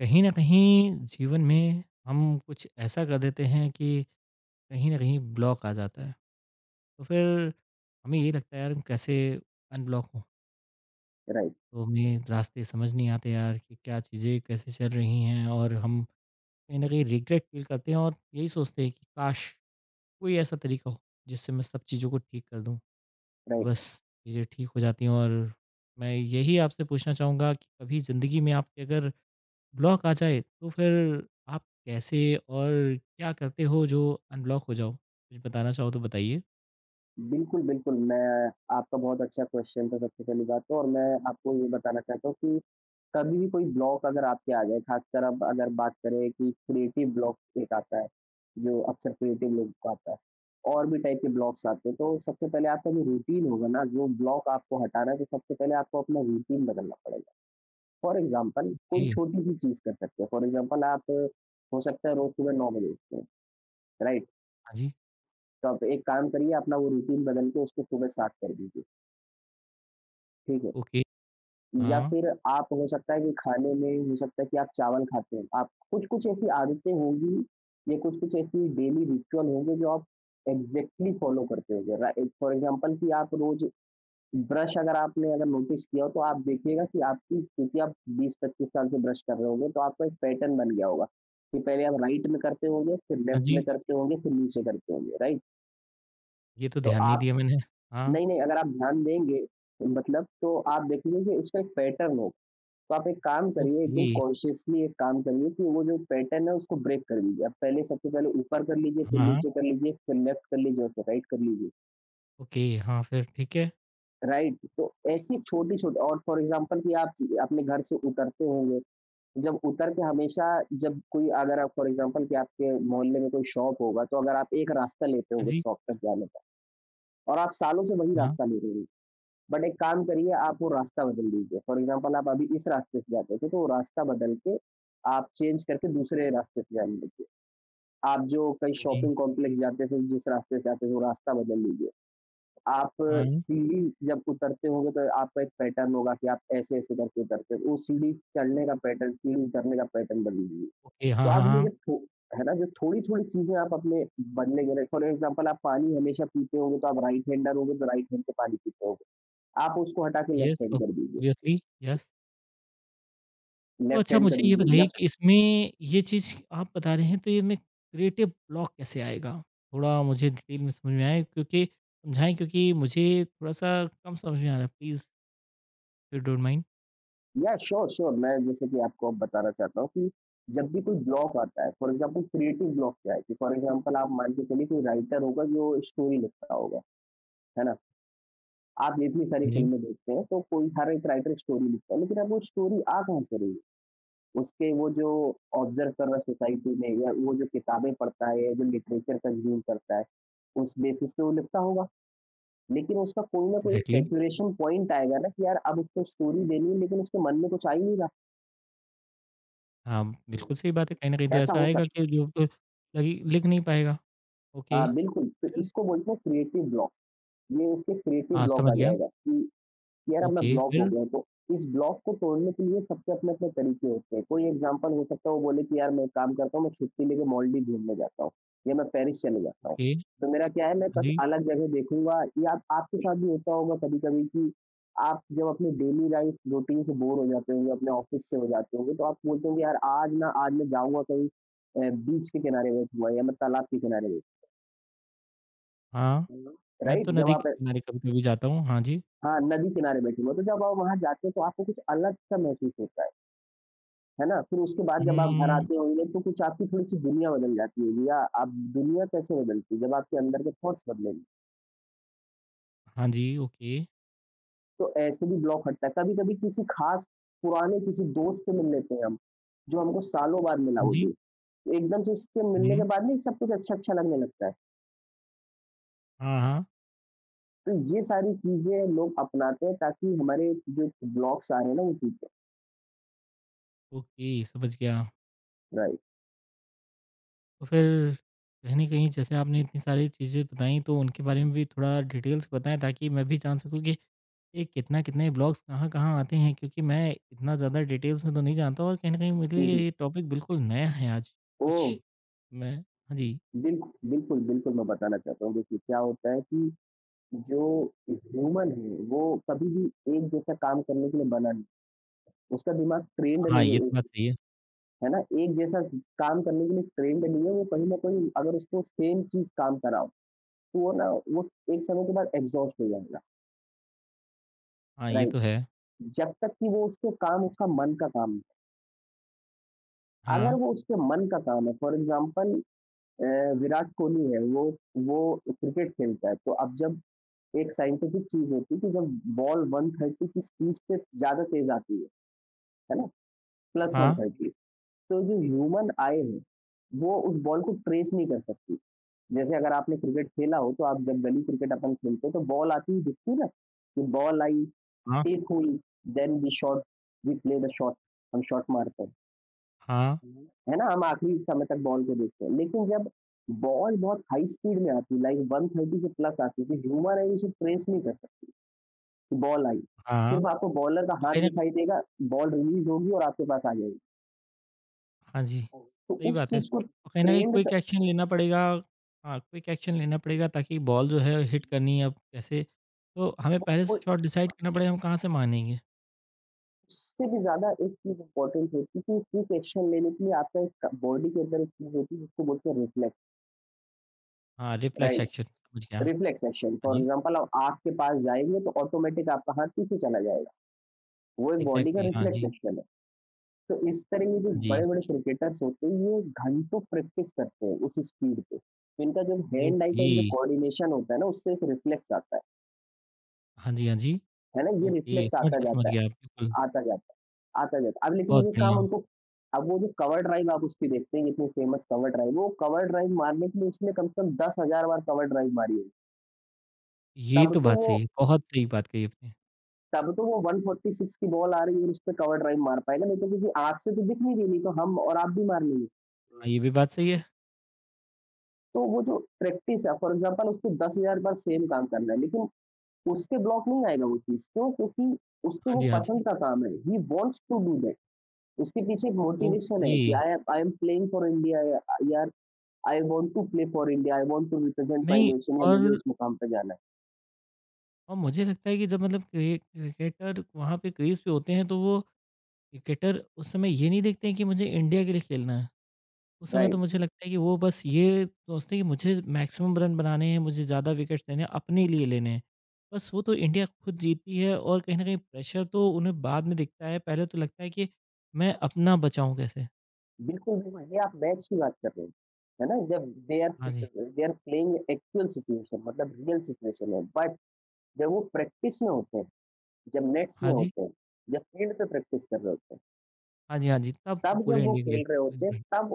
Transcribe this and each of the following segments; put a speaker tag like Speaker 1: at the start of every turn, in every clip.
Speaker 1: कहीं न कहीं जीवन में हम कुछ ऐसा कर देते हैं कि कहीं न कहीं ब्लॉक आ जाता है। तो फिर हमें ये लगता है यार कैसे अनब्लॉक हों?
Speaker 2: राइट,
Speaker 1: तो हमें रास्ते समझ नहीं आते यार कि क्या चीज़ें कैसे चल रही हैं और हम कहीं न कहीं रिग्रेट फ़ील करते हैं और यही सोचते हैं कि काश! कोई ऐसा तरीका हो जिससे मैं सब चीज़ों को ठीक कर दूँ। तो बस
Speaker 2: राइट।
Speaker 1: चीज़ें ठीक हो जाती हैं। और मैं यही आपसे पूछना चाहूँगा कि कभी ज़िंदगी में आपके अगर ब्लॉक आ जाए तो फिर आप कैसे और क्या करते हो जो अनब्लॉक हो जाओ? कुछ बताना चाहो तो बताइए।
Speaker 2: बिल्कुल, बिल्कुल, मैं आपका बहुत अच्छा क्वेश्चन था सबसे पहली बात तो और मैं आपको ये बताना चाहता हूँ कि कभी भी कोई ब्लॉक अगर आपके आ जाए, खासकर अब अगर बात करें कि क्रिएटिव ब्लॉक एक आता है, जो अक्सर क्रिएटिव लोगों को आता है। और भी टाइप के ब्लॉक्स आते हैं, तो सबसे पहले आपका जो रूटीन होगा ना, जो ब्लॉक आपको हटाना है, तो सबसे पहले आपको अपना रूटीन बदलना पड़ेगा। फॉर एग्ज़ाम्पल कोई
Speaker 1: ओके।
Speaker 2: छोटी-सी चीज़ कर सकते हैं। फॉर एग्ज़ाम्पल आप हो सकता है रोज़ सुबह 9 बजे उठते हैं, राइट?
Speaker 1: हाँ जी।
Speaker 2: तो आप एक काम करिए अपना वो रूटीन बदल के उसको सुबह स्टार्ट कर दीजिए, ठीक है?
Speaker 1: ओके,
Speaker 2: या
Speaker 1: हाँ,
Speaker 2: फिर आप हो सकता है कि खाने में हो सकता है कि आप चावल खाते हैं, आप कुछ-कुछ ऐसी आदतें होंगी या कुछ-कुछ ऐसी डेली रिचुअल होंगे जो आप एग्ज़ैक्टली फॉलो करते होंगे रा एक फॉर एग्ज़ाम्पल कि आप रोज़ ब्रश अगर आपने अगर नोटिस किया हो तो आप देखिएगा कि आपकी क्योंकि आप 20-25 साल से ब्रश कर रहे होंगे तो आपका एक पैटर्न बन गया होगा, कि पहले आप राइट में करते होंगे, फिर
Speaker 1: हाँ
Speaker 2: लेफ्ट
Speaker 1: जी,
Speaker 2: में करते होंगे, फिर नीचे करते होंगे, राइट?
Speaker 1: ये तो
Speaker 2: तो
Speaker 1: ध्यान नहीं
Speaker 2: आप
Speaker 1: दिया मैंने। हाँ।
Speaker 2: नहीं, नहीं, अगर आप ध्यान देंगे मतलब तो आप देखेंगे कि उसका एक पैटर्न हो। तो आप एक काम करिए, एक दिन
Speaker 1: ओके,
Speaker 2: कॉन्शियसली एक काम करिए कि वो जो पैटर्न है उसको ब्रेक कर लीजिए। आप पहले सबसे पहले ऊपर कर लीजिए,
Speaker 1: हाँ,
Speaker 2: फिर
Speaker 1: हाँ।
Speaker 2: नीचे कर लीजिए, फिर लेफ्ट कर लीजिए और फिर राइट कर लीजिए।
Speaker 1: ओके, हाँ, फिर ठीक है।
Speaker 2: राइट? तो ऐसी छोटी-छोटी और फॉर एग्ज़ाम्पल कि आप अपने घर से उतरते होंगे, जब उतर के हमेशा जब कोई अगर आप फॉर एग्ज़ाम्पल कि आपके मोहल्ले में कोई शॉप होगा, तो अगर आप एक रास्ता लेते
Speaker 1: हाँ
Speaker 2: होंगे
Speaker 1: जी,
Speaker 2: शॉप तक जाने का और आप सालों से वही
Speaker 1: हाँ।
Speaker 2: रास्ता ले रहे हो। बट एक काम करिए आप वो रास्ता बदल दीजिए। फॉर एग्ज़ाम्पल आप अभी इस रास्ते से जाते थे, तो वो रास्ता बदल के आप चेंज करके दूसरे रास्ते से जाने लगिए। आप जो कहीं
Speaker 1: हाँ जी,
Speaker 2: शॉपिंग कॉम्प्लेक्स जाते थे, जिस रास्ते से जाते थे, वो रास्ता बदल लीजिए। आप
Speaker 1: हाँ।
Speaker 2: सीढ़ी जब उतरते होंगे तो आपका एक पैटर्न होगा कि आप ऐसे-ऐसे करके उतरते हो। वो सीढ़ी चढ़ने का पैटर्न, सीढ़ी उतरने का पैटर्न बदल लीजिए।
Speaker 1: ओके,
Speaker 2: तो
Speaker 1: हाँ, हाँ,
Speaker 2: आप ये
Speaker 1: हाँ।
Speaker 2: जब थो है ना, जो थोड़ी-थोड़ी चीज़ें आप अपने बदलेंगे ना फॉर एग्ज़ाम्पल आप पानी हमेशा पीते होंगे, तो आप राइट हैंडर होंगे, तो राइट हैंड से पानी पीते होंगे। आप उसको हटा के लेफ्ट
Speaker 1: येस,
Speaker 2: हैंड
Speaker 1: ऑब
Speaker 2: कर दीजिए।
Speaker 1: Obviously, yes. तो
Speaker 2: लेफ्ट
Speaker 1: अच्छा
Speaker 2: हैंड कर
Speaker 1: मुझे ये
Speaker 2: दीजिए
Speaker 1: बताइए कि इसमें ये चीज़ आप बता रहे हैं तो ये में क्रिएटिव ब्लॉक कैसे आएगा? थोड़ा मुझे डिटेल में समझ में आए क्योंकि समझाएँ, क्योंकि मुझे थोड़ा-सा कम समझ में आ रहा है। Please if you don't mind.
Speaker 2: Sure, sure, मैं जैसे कि आपको अब बताना चाहता हूँ कि जब भी कोई ब्लॉक आता है, फॉर एग्ज़ाम्पल क्रिएटिव ब्लॉक क्या है कि फॉर एग्ज़ाम्पल आप मान के चलिए कोई राइटर होगा जो स्टोरी लिखता होगा, है ना? आप इतनी सारी
Speaker 1: हाँ जी।
Speaker 2: फ़िल्में देखते हैं तो कोई हर एक राइटर स्टोरी लिखता है, लेकिन अब वो स्टोरी आ कहाँ से रही है? उसके वो जो ऑब्ज़र्व कर रहा है सोसाइटी में या वो जो किताबें पढ़ता है या जो लिटरेचर कंज़्यूम करता है, उस बेसिस पे वो लिखता होगा। लेकिन उसका कोई ना कोई एक
Speaker 1: एग्ज़ैक्टली।
Speaker 2: सैचुरेशन पॉइंट आएगा ना कि यार अब उसको स्टोरी देनी है लेकिन उसके मन में कुछ आ ही नहीं रहा,
Speaker 1: हाँ, बिल्कुल सही बात है। कहीं न कहीं तो
Speaker 2: ऐसा
Speaker 1: ऐसा
Speaker 2: हो
Speaker 1: आएगा कि
Speaker 2: सकता है।
Speaker 1: जो ब लगी लिख नहीं पाएगा।
Speaker 2: हाँ
Speaker 1: ओके,
Speaker 2: बिल्कुल, तो
Speaker 1: फिर?
Speaker 2: इसको बोलते हैं क्रिएटिव ब्लॉक। ये उसके क्रिएटिव
Speaker 1: हाँ,
Speaker 2: ब्लॉक आ
Speaker 1: समझ गया।
Speaker 2: जाएगा कि यार अब मैं
Speaker 1: ओके,
Speaker 2: ब्लॉक हो
Speaker 1: फिर?
Speaker 2: गया हूँ, तो इस ब्लॉक को तोड़ने के लिए सबके अपने-अपने तरीके होते हैं। कोई एग्ज़ाम्पल हो सकता है वो बोले कि यार मैं एक काम करता हूँ, मैं छुट्टी लेके मालदीव घूमने जाता हूँ या मैं पेरिस चले जाता हूँ।
Speaker 1: ओके,
Speaker 2: तो मेरा क्या है मैं
Speaker 1: हाँ
Speaker 2: बस
Speaker 1: जी,
Speaker 2: अलग जगह देखूँगा, या आप, आपके साथ भी होता होगा कभी-कभी कि आप जब अपनी डेली लाइफ़ रूटीन से बोर हो जाते होंगे, अपने ऑफ़िस से हो जाते होंगे, तो आप बोलते होंगे यार आज ना आज मैं जाऊँगा कहीं बीच के किनारे बैठूँगा या मैं तालाब के किनारे
Speaker 1: हाँ।
Speaker 2: बैठूँगा,
Speaker 1: मैं तो
Speaker 2: राइट? जब
Speaker 1: नदी के
Speaker 2: आप
Speaker 1: किनारे कभी-कभी जाता हूँ। हाँ जी।
Speaker 2: हाँ, नदी किनारे बैठूँगा, तो जब आप वहाँ जाते हो तो आपको कुछ अलग-सा महसूस होता है। है ना? फिर उसके बाद जब आप घर
Speaker 1: हुँ।
Speaker 2: आते होंगे तो कुछ आपकी थोड़ी-सी दुनिया बदल जाती होगी, या आप दुनिया कैसे बदलती है? जब आपके अंदर के थॉट्स बदलेंगे।
Speaker 1: हाँ जी, ओके।
Speaker 2: तो ऐसे भी ब्लॉक हटता है। कभी-कभी किसी ख़ास पुराने किसी दोस्त से मिल लेते हैं हम, जो हमको सालों बाद मिला
Speaker 1: हाँ
Speaker 2: वो
Speaker 1: जी।
Speaker 2: दोस्त। एकदम से उससे मिलने के
Speaker 1: हुँ।
Speaker 2: बाद ना सब कुछ अच्छा-अच्छा लगने लगता है।
Speaker 1: हाँ, हाँ।
Speaker 2: तो ये सारी चीज़ें लोग अपनाते हैं ताकि हमारे जो ब्लॉक्स आ रहे हैं ना वो टूटे।
Speaker 1: ओके, समझ गया।
Speaker 2: राइट।
Speaker 1: तो फिर कहीं न कहीं जैसे आपने इतनी सारी चीज़ें बताई तो उनके बारे में भी थोड़ा डिटेल से बताएँ ताकि मैं भी जान सकूँ कि ये कितना-कितने ब्लॉग्स कहाँ-कहाँ आते हैं, क्योंकि मैं इतना ज़्यादा डिटेल्स में तो नहीं जानता और कहीं न कहीं मेरे
Speaker 2: हुँ,
Speaker 1: लिए
Speaker 2: हुँ।
Speaker 1: ये टॉपिक बिल्कुल नया है आज।
Speaker 2: ओह!
Speaker 1: कुछ मैं, हाँ जी।
Speaker 2: बिल्कुल, बिल्कुल, मैं बताना चाहता हूँ, देखिए क्या होता है कि जो ह्यूमन है, वो कभी भी एक जैसा काम करने के लिए बना नहीं। उसका दिमाग ट्रेन्ड
Speaker 1: हाँ,
Speaker 2: नहीं
Speaker 1: ये
Speaker 2: है,
Speaker 1: तो बात सही है।
Speaker 2: है ना? एक जैसा काम करने के लिए ट्रेन्ड नहीं है, वो कहीं न कहीं अगर उसको सेम चीज़ काम कराओ, तो वो एक समय के बाद एग्ज़ॉस्ट हो जाएगा,
Speaker 1: हाँ, ये
Speaker 2: राइट?
Speaker 1: तो है।
Speaker 2: जब तक कि वो उसको काम उसका मन का काम है। अगर
Speaker 1: हाँ,
Speaker 2: वो उसके मन का काम है, for example uh, Virat Kohli है, वो क्रिकेट खेलता है, तो अब जब एक साइंटिफ़िक चीज़ होती है कि जब बॉल 130 की स्पीड से ज़्यादा तेज़ आती है ना? प्लस
Speaker 1: हाँ,
Speaker 2: 130। तो जो ह्यूमन आई है, वो उस बॉल को ट्रेस नहीं कर सकती। जैसे अगर आपने क्रिकेट खेला हो, तो आप जब गली क्रिकेट अपन खेलते हैं, तो बॉल आती हुई दिखती है ना, कि बॉल आई,
Speaker 1: हाँ,
Speaker 2: टेप हुई, then we shot, we play the shot, हम शॉट मारते हैं।
Speaker 1: हाँ,
Speaker 2: हुँ। है ना? हम आखिरी समय तक बॉल को देखते हैं। लेकिन जब बॉल बहुत हाई स्पीड में आती है, लाइक 130 से प्लस आती है, तो ह्यूमन आई उसे ट्रेस नहीं कर सकती, बॉल आई।
Speaker 1: हाँ।
Speaker 2: सिर्फ़ आपको बॉलर का
Speaker 1: कहीं
Speaker 2: हाथ
Speaker 1: न,
Speaker 2: दिखाई देगा, बॉल रिलीज़ होगी और आपके पास आ जाएगी।
Speaker 1: हाँ जी,
Speaker 2: तो
Speaker 1: सही
Speaker 2: उस
Speaker 1: बात है।
Speaker 2: चीज़ को
Speaker 1: और कहीं न कहीं
Speaker 2: ट्रेंड
Speaker 1: क्विक
Speaker 2: क
Speaker 1: एक्शन लेना पड़ेगा। हाँ, क्विक एक्शन लेना पड़ेगा ताकि बॉल जो है हिट करनी है अब कैसे, तो हमें पहले
Speaker 2: वो
Speaker 1: से शॉट डिसाइड करना पड़ेगा हम कहाँ से मारेंगे।
Speaker 2: उससे भी ज़्यादा एक चीज़ इम्पोर्टेंट होती है कि क्विक एक्शन लेने के लिए आपका एक बॉडी के अंदर एक चीज़ होती है जिसको बोलते हैं रिफ्लेक्स,
Speaker 1: हाँ, रिफ्लेक्स
Speaker 2: राइट?
Speaker 1: एक्शन समझ गया। हाँ
Speaker 2: रिफ्लेक्स एक्शन, फॉर
Speaker 1: जी,
Speaker 2: एग्ज़ाम्पल आप आग के पास जाएँगे तो ऑटोमैटिक आपका हाथ पीछे चला जाएगा। वो एक बॉडी का
Speaker 1: एग्ज़ैक्टली। हाँ
Speaker 2: रिफ्लेक्स
Speaker 1: जी,
Speaker 2: एक्शन है। तो इस तरह के जो
Speaker 1: हाँ जी,
Speaker 2: बड़े-बड़े क्रिकेटर्स होते हैं ये घंटों प्रैक्टिस करते हैं उस स्पीड पे। इनका जब हैंड आई का
Speaker 1: ओके।
Speaker 2: जो कोऑर्डिनेशन होता है ना उससे एक रिफ्लेक्स आता
Speaker 1: हाँ जी, हाँ जी।
Speaker 2: है ना? ये
Speaker 1: ओके
Speaker 2: रिफ्लेक्स
Speaker 1: समझ
Speaker 2: आता
Speaker 1: गया,
Speaker 2: जाता
Speaker 1: समझ
Speaker 2: है।
Speaker 1: गया, बिल्कुल,
Speaker 2: आता जाता आता जाता। अब
Speaker 1: बहुत
Speaker 2: लेकिन ये काम
Speaker 1: बढ़िया।
Speaker 2: उनको, अब वो जो कवर ड्राइव आप उसकी देखते हैं, इतनी फेमस कवर ड्राइव, वो कवर ड्राइव मारने के लिए उसने कम से कम 10,000 बार कवर ड्राइव मारी होगी।
Speaker 1: ये
Speaker 2: तब
Speaker 1: तो
Speaker 2: तो
Speaker 1: बात
Speaker 2: वो
Speaker 1: सही है, बहुत सही बात कही आपने। हाँ।
Speaker 2: तब तो वो 146 की बॉल आ रही है और उसपे कवर ड्राइव मार पाएगा, नहीं तो क्योंकि आँख से तो दिख नहीं रही, नहीं तो हम और आप भी मार लेंगे।
Speaker 1: हुँ। ये भी बात सही है।
Speaker 2: तो वो जो प्रैक्टिस है, फॉर एग्ज़ाम्पल उसको 10,000 बार सेम काम करना है, लेकिन उसके ब्लॉक नहीं आएगा वो चीज़। क्यों? क्योंकि उसको
Speaker 1: हाँ
Speaker 2: वो
Speaker 1: जी, हाँ जी,
Speaker 2: पसंद का काम है। He wants to do that. उसके पीछे एक मोटिवेशन
Speaker 1: ओके।
Speaker 2: है कि I am, I am playing for India, या I want to play for India, I want to represent my
Speaker 1: नहीं,
Speaker 2: नेशन, या
Speaker 1: और
Speaker 2: मुझे उस मुकाम पे जाना है।
Speaker 1: और मुझे लगता है कि जब मतलब क्रिकेटर वहाँ पे क्रीज़ पे होते हैं, तो वो क्रिकेटर उस समय ये नहीं देखते हैं कि मुझे इंडिया के लिए खेलना है। उस समय तो
Speaker 2: राइट,
Speaker 1: मुझे लगता है कि वो बस ये सोचते हैं कि मुझे मैक्सिमम रन बनाने हैं, मुझे ज़्यादा विकेट्स लेने हैं, अपने लिए लेने हैं। बस वो तो इंडिया खुद जीतती है और कहीं न कहीं प्रेशर तो उन्हें बाद में दिखता है, पहले तो लगता है कि मैं अपना बचाऊँ कैसे?
Speaker 2: बिल्कुल, बिल्कुल, ये आप मैच की बात कर रहे हो, है ना? जब
Speaker 1: हाँ जी,
Speaker 2: they are playing actual situation, मतलब रियल सिचुएशन है, बट जब वो प्रैक्टिस में होते हैं, जब नेट्स में
Speaker 1: हाँ जी।
Speaker 2: होते हैं, जब फील्ड पे प्रैक्टिस कर रहे होते हैं,
Speaker 1: हाँ जी, हाँ जी, तब वो
Speaker 2: तब जब
Speaker 1: पूरे
Speaker 2: वो
Speaker 1: इंडिया के लिए।
Speaker 2: खेल रहे होते हैं,
Speaker 1: हम्म।
Speaker 2: तब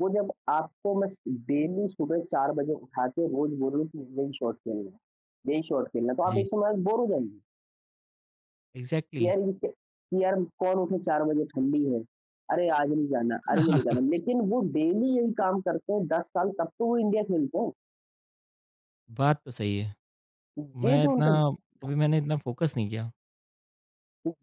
Speaker 2: वो जब आपको मैं डेली सुबह 4 बजे उठा के रोज़ बोल रहा हूँ कि यही शॉट खेलना है, यही शॉट खेलना है, तो आप एक
Speaker 1: जी,
Speaker 2: समय बाद बोर हो जाएँगे।
Speaker 1: एग्ज़ैक्टली।
Speaker 2: यार इनके यार कौन उठे 4 बजे, ठंडी है, अरे आज नहीं जाना, अरे ये नहीं जाना, लेकिन वो डेली यही काम करते हैं 10 साल, तब तो वो इंडिया खेलते हैं।
Speaker 1: बात तो सही है।
Speaker 2: ये
Speaker 1: मैं
Speaker 2: जो
Speaker 1: इतना,
Speaker 2: उनका
Speaker 1: कभी मैंने इतना फ़ोकस नहीं किया।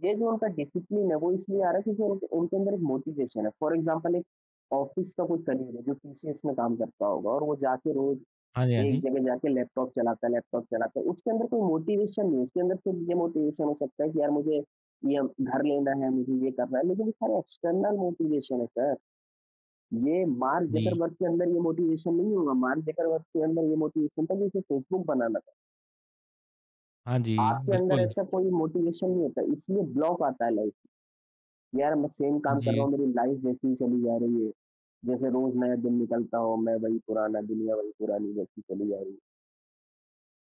Speaker 2: ये जो उनका डिसिप्लिन है वो इसलिए आ रहा है क्योंकि उनके उनके अंदर एक मोटिवेशन है। फॉर एग्ज़ाम्पल एक ऑफ़िस का कोई कलीग है जो टीसीएस में काम करता होगा और वो जाके रोज़
Speaker 1: हाँ जी, हाँ
Speaker 2: एक
Speaker 1: जी।
Speaker 2: जगह जाके लैपटॉप चलाता है, लैपटॉप चलाता है, उसके अंदर कोई मोटिवेशन नहीं है, उसके अंदर सिर्फ ये मोटिवेशन हो सकता है कि यार मुझे ये घर लेना है, मुझे ये करना है, लेकिन ये सारे एक्सटर्नल मोटिवेशन है सर। ये मार्क
Speaker 1: जी।
Speaker 2: जकरबर्ग के अंदर ये मोटिवेशन नहीं होगा, मार्क जकरबर्ग के अंदर ये मोटिवेशन था कि उसे फेसबुक बनाना
Speaker 1: हाँ जी,
Speaker 2: था। आपके अंदर
Speaker 1: बिल्कुल।
Speaker 2: ऐसा कोई मोटिवेशन नहीं होता इसलिए ब्लॉक आता है लाइफ, यार मैं सेम काम कर रहा
Speaker 1: जी।
Speaker 2: हूँ, मेरी लाइफ वैसी ही चली जा रही है, जैसे रोज नया दिन निकलता हो, मैं वही पुराना, दुनिया वही पुरानी, वैसी चली जा रही है,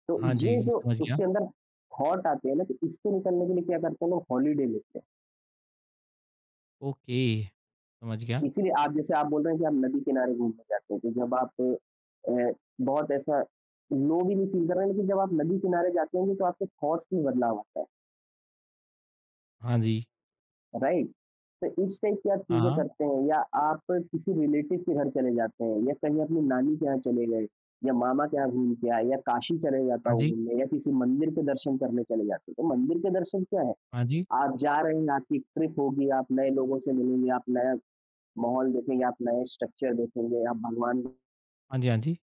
Speaker 2: तो
Speaker 1: हाँ जी,
Speaker 2: ये जो
Speaker 1: समझ गया।
Speaker 2: उसके अंदर थॉट आते हैं ना, तो इससे निकलने के लिए क्या करते हैं लोग हॉलीडे लेते हैं।
Speaker 1: ओके, समझ गया।
Speaker 2: इसीलिए आप जैसे आप बोल रहे हैं कि आप नदी किनारे घूमने जाते हैं तो जब आप अ, बहुत ऐसा लो भी नहीं फ़ील कर रहे हैं, लेकिन जब आप नदी किनारे जाते होंगे तो आपके थॉट्स में बदलाव आता है,
Speaker 1: हाँ जी।
Speaker 2: राइट? तो इस टाइप की आप
Speaker 1: हाँ,
Speaker 2: चीज़ें
Speaker 1: हाँ।
Speaker 2: करते हैं या आप किसी रिलेटिव के घर चले जाते हैं या कहीं अपनी नानी के यहाँ चले गए या मामा के यहाँ घूम के आए या काशी चले जाता
Speaker 1: हाँ
Speaker 2: हूँ
Speaker 1: जी,
Speaker 2: घूमने या किसी मंदिर के दर्शन करने चले जाते हो। तो मंदिर के दर्शन क्या है?
Speaker 1: हाँ जी।
Speaker 2: आप जा रहे हैं, आपकी ट्रिप होगी, आप नए लोगों से मिलेंगे, आप नया माहौल देखेंगे, आप नए स्ट्रक्चर देखेंगे, आप भगवान
Speaker 1: हाँ जी, हाँ जी।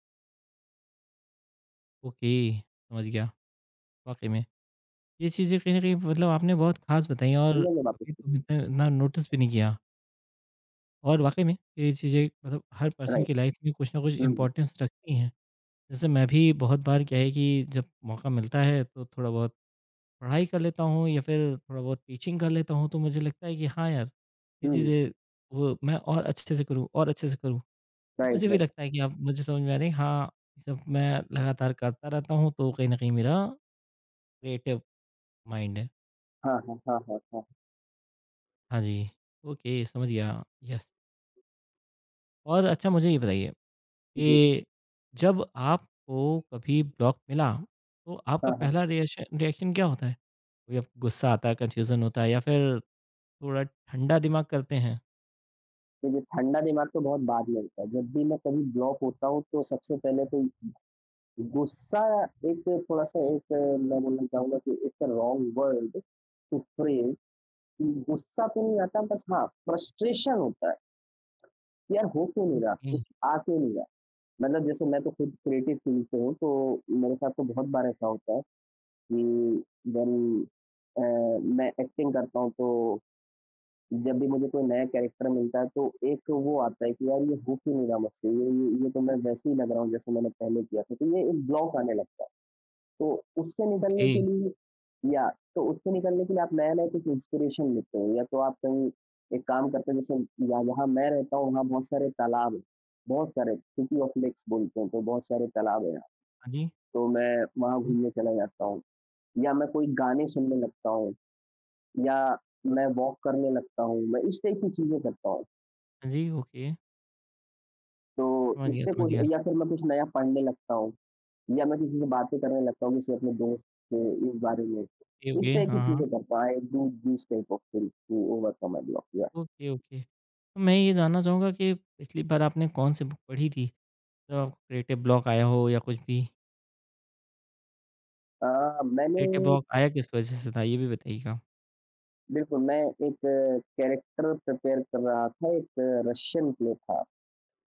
Speaker 1: ओके, समझ गया। वाक़ई में, ये चीज़ें कहीं न कहीं मतलब आपने बहुत ख़ास बताई
Speaker 2: भूल
Speaker 1: और
Speaker 2: जाएँगे वापस
Speaker 1: कभी
Speaker 2: से,
Speaker 1: तो इतना इतना नोटिस भी नहीं किया। और वाक़ई में ये चीज़ें मतलब हर पर्सन
Speaker 2: राइट।
Speaker 1: की लाइफ़ में कुछ ना कुछ
Speaker 2: हुँ, हुँ।
Speaker 1: इम्पोर्टेंस रखती हैं। जैसे मैं भी बहुत बार क्या है कि जब मौका मिलता है तो थोड़ा बहुत पढ़ाई कर लेता हूँ या फिर थोड़ा बहुत टीचिंग कर लेता हूँ तो मुझे लगता है कि हाँ यार, ये
Speaker 2: हुँ, हुँ।
Speaker 1: चीज़ें वो मैं और अच्छे से करूँ और अच्छे से करूँ। तो
Speaker 2: राइट,
Speaker 1: मुझे भी
Speaker 2: राइट।
Speaker 1: लगता है कि अब मुझे समझ में आ रही है हाँ, जब मैं लगातार करता रहता हूँ तो कहीं न कहीं मेरा क्रिएटिव माइंड है।
Speaker 2: हाँ, हाँ, हाँ, हाँ, हाँ।
Speaker 1: हाँ जी। ओके समझ गया, यस। और अच्छा मुझे ये बताइए
Speaker 2: जी,
Speaker 1: कि जब आपको कभी ब्लॉक मिला तो आपका
Speaker 2: हाँ, हाँ।
Speaker 1: पहला रिएक्शन रिएक्शन क्या होता है? कभी आपको गुस्सा आता है, कन्फ्यूज़न होता है या फिर थोड़ा ठंडा दिमाग करते
Speaker 2: देखिए ठंडा दिमाग तो बहुत बाद में होता है। जब भी मैं कभी ब्लॉक होता हूँ तो सबसे पहले तो गुस्सा, एक थोड़ा-सा, एक, मैं बोलना चाहूँगा कि it's a wrong word to phrase कि गुस्सा तो नहीं आता, बस हाँ, फ्रस्ट्रेशन होता है कि यार हो क्यों नहीं रहा? कुछ
Speaker 1: हैं?
Speaker 2: आ क्यों नहीं रहा? मतलब जैसे मैं तो खुद क्रिएटिव फ़ील्ड से हूँ तो मेरे साथ तो बहुत बार ऐसा होता है कि व्हेन अ, मैं एक्टिंग करता हूँ तो जब भी मुझे कोई नया कैरेक्टर मिलता है, तो एक तो वो आता है कि यार ये हो क्यों नहीं रहा मुझसे, ये तो मैं वैसे ही लग रहा हूँ जैसे मैंने पहले किया था, तो ये एक ब्लॉक आने लगता है। तो उससे निकलने
Speaker 1: ओके,
Speaker 2: के लिए, या तो उससे निकलने के लिए आप नया-नया कुछ इंस्पिरेशन लेते हो या तो आप कहीं एक काम करते हैं जैसे, या जहाँ मैं रहता हूँ वहाँ बहुत सारे तालाब हैं, बहुत सारे, सिटी ऑफ लेक्स बोलते हैं, तो बहुत सारे तालाब हैं यहाँ,
Speaker 1: हाँ जी।
Speaker 2: तो मैं वहाँ
Speaker 1: हुँ।
Speaker 2: घूमने चला जाता हूँ या मैं कोई गाने सुनने लगता हूँ या मैं वॉक करने लगता हूँ, मैं इस टाइप की चीज़ें करता हूँ।
Speaker 1: हाँ जी, ओके।
Speaker 2: तो
Speaker 1: समझ गया,
Speaker 2: इससे
Speaker 1: समझ
Speaker 2: कुछ,
Speaker 1: गया।
Speaker 2: या फिर मैं कुछ नया पढ़ने लगता हूँ या मैं किसी से बातें करने लगता हूँ, किसी अपने दोस्त से, इस बारे में।
Speaker 1: ओके,
Speaker 2: इस
Speaker 1: ओके,
Speaker 2: टाइप की
Speaker 1: हाँ, हाँ।
Speaker 2: चीज़ें करता हूँ, I do this type of things to overcome my block. या
Speaker 1: ओके, ओके। तो मैं ये जानना चाहूँगा कि पिछली बार आपने कौन-सी बुक पढ़ी थी, जब आपको क्रिएटिव ब्लॉक आया हो या कुछ भी?
Speaker 2: मैंने,
Speaker 1: क्रिएटिव ब्लॉक आया किस वजह से था, ये भी बताइएगा?
Speaker 2: बिल्कुल, मैं एक कैरेक्टर प्रिपेयर कर रहा था, एक रशियन प्ले था,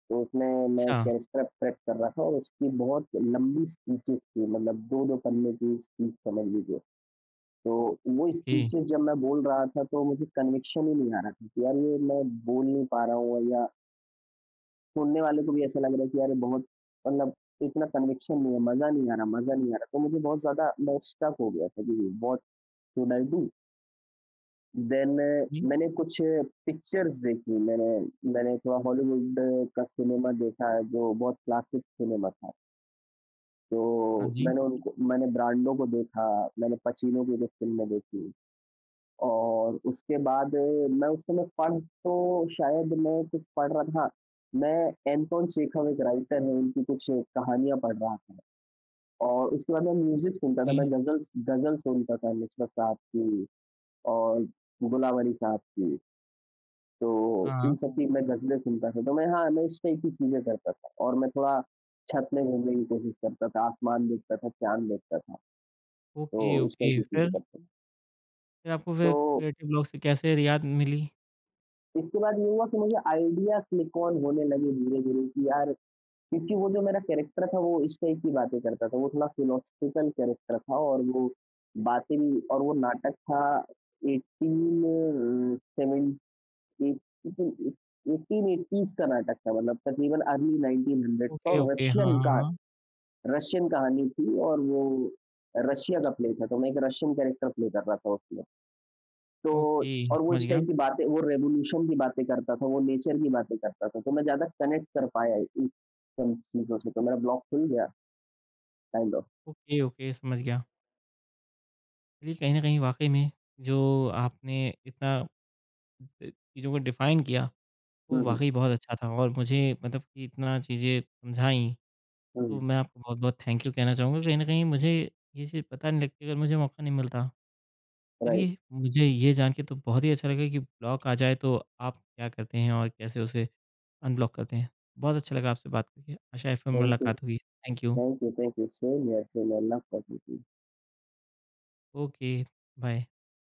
Speaker 2: तो उसमें मैं
Speaker 1: अच्छा,
Speaker 2: कैरेक्टर प्रेप कर रहा था और उसकी बहुत लंबी स्पीचेज़ थी, मतलब 2-2 पन्ने की स्पीच समझ लीजिए। तो वो
Speaker 1: ओके।
Speaker 2: स्पीचेस जब मैं बोल रहा था तो मुझे कन्विक्शन ही नहीं आ रहा था कि यार ये मैं बोल नहीं पा रहा हूँ, या सुनने वाले को भी ऐसा लग रहा है कि यार ये बहुत, मतलब इतना कन्विक्शन नहीं है, मज़ा नहीं आ रहा, मज़ा नहीं आ रहा। तो मुझे बहुत ज़्यादा, मैं स्टक हो गया था कि what should I do? Then
Speaker 1: हाँ जी,
Speaker 2: मैंने कुछ पिक्चर्स देखी, मैंने मैंने थोड़ा हॉलीवुड का सिनेमा देखा है जो बहुत क्लासिक सिनेमा था। तो
Speaker 1: हाँ जी,
Speaker 2: मैंने उनको, मैंने ब्रांडो को देखा, मैंने पचीनो की कुछ फ़िल्में देखी। और उसके बाद मैं उस समय पढ़, तो शायद मैं कुछ पढ़ रहा था। मैं एंटोन चेखव, एक राइटर हैं, उनकी कुछ कहानियाँ पढ़ रहा था, और उसके बाद मैं म्यूज़िक सुनता था,
Speaker 1: ओके।
Speaker 2: मैं ग़ज़ल ग़ज़ल सुनता था, नुसरत साहब की और गुलावरी साहब की। तो
Speaker 1: हाँ,
Speaker 2: इन
Speaker 1: हाँ।
Speaker 2: सब की मैं ग़ज़लें सुनता था, तो मैं, हाँ, मैं इस टाइप की चीज़ें करता था और मैं थोड़ा छत में घूमने की कोशिश करता था, आसमान देखता था, चाँद देखता था।
Speaker 1: ओके,
Speaker 2: तो इस टाइप
Speaker 1: ओके।
Speaker 2: की चीज़ें
Speaker 1: फिर?
Speaker 2: करता था।
Speaker 1: फिर आपको
Speaker 2: तो
Speaker 1: फिर क्रिएटिव ब्लॉक से कैसे रियात मिली?
Speaker 2: इसके बाद ये हुआ कि मुझे आइडिया क्लिक ऑन होने लगे धीरे धीरे कि यार, क्योंकि वो जो मेरा कैरेक्टर था वो इस टाइप की बातें करता था, वो थोड़ा फिलोसफिकल कैरेक्टर था और वो बातें भी, और वो नाटक था 18 सेवन 1880s का नाटक था, मतलब तकरीबन अर्ली 1900 का,
Speaker 1: ओके,
Speaker 2: और
Speaker 1: ओके। हाँ,
Speaker 2: रशियन का,
Speaker 1: हाँ, हाँ।
Speaker 2: रशियन कहानी थी और वो रशिया का प्ले था, तो मैं एक रशियन कैरेक्टर प्ले कर रहा था उसमें। तो
Speaker 1: ओके,
Speaker 2: और वो
Speaker 1: समझ
Speaker 2: इस
Speaker 1: गया।
Speaker 2: टाइप की बातें, वो रेवोल्यूशन की बातें करता था, वो नेचर की बातें करता था, तो मैं ज़्यादा कनेक्ट कर पाया इन सब चीज़ों से, तो मेरा ब्लॉक खुल गया, काइंड ऑफ।
Speaker 1: ओके, ओके, समझ गया। चलिए, कहीं न कहीं वाक़ई में जो आपने इतना चीज़ों को डिफाइन किया, वो
Speaker 2: हुँ, हुँ,
Speaker 1: वाक़ई बहुत अच्छा था और मुझे मतलब कि इतना चीज़ें समझाई,
Speaker 2: हुँ,
Speaker 1: तो मैं आपको बहुत-बहुत थैंक यू कहना चाहूँगा। कहीं न कहीं मुझे ये चीज़ पता नहीं लगती अगर मुझे मौका नहीं मिलता।
Speaker 2: राइट।
Speaker 1: चलिए, मुझे ये जान के तो बहुत ही अच्छा लगा कि ब्लॉक आ जाए तो आप क्या करते हैं और कैसे उसे अनब्लॉक करते हैं। बहुत अच्छा लगा आपसे बात करके, आशा है फिर
Speaker 2: थैंक यू,
Speaker 1: मुलाकात होगी। Thank you.
Speaker 2: Thank you, thank you. Same here, love talking to you.
Speaker 1: Okay, bye.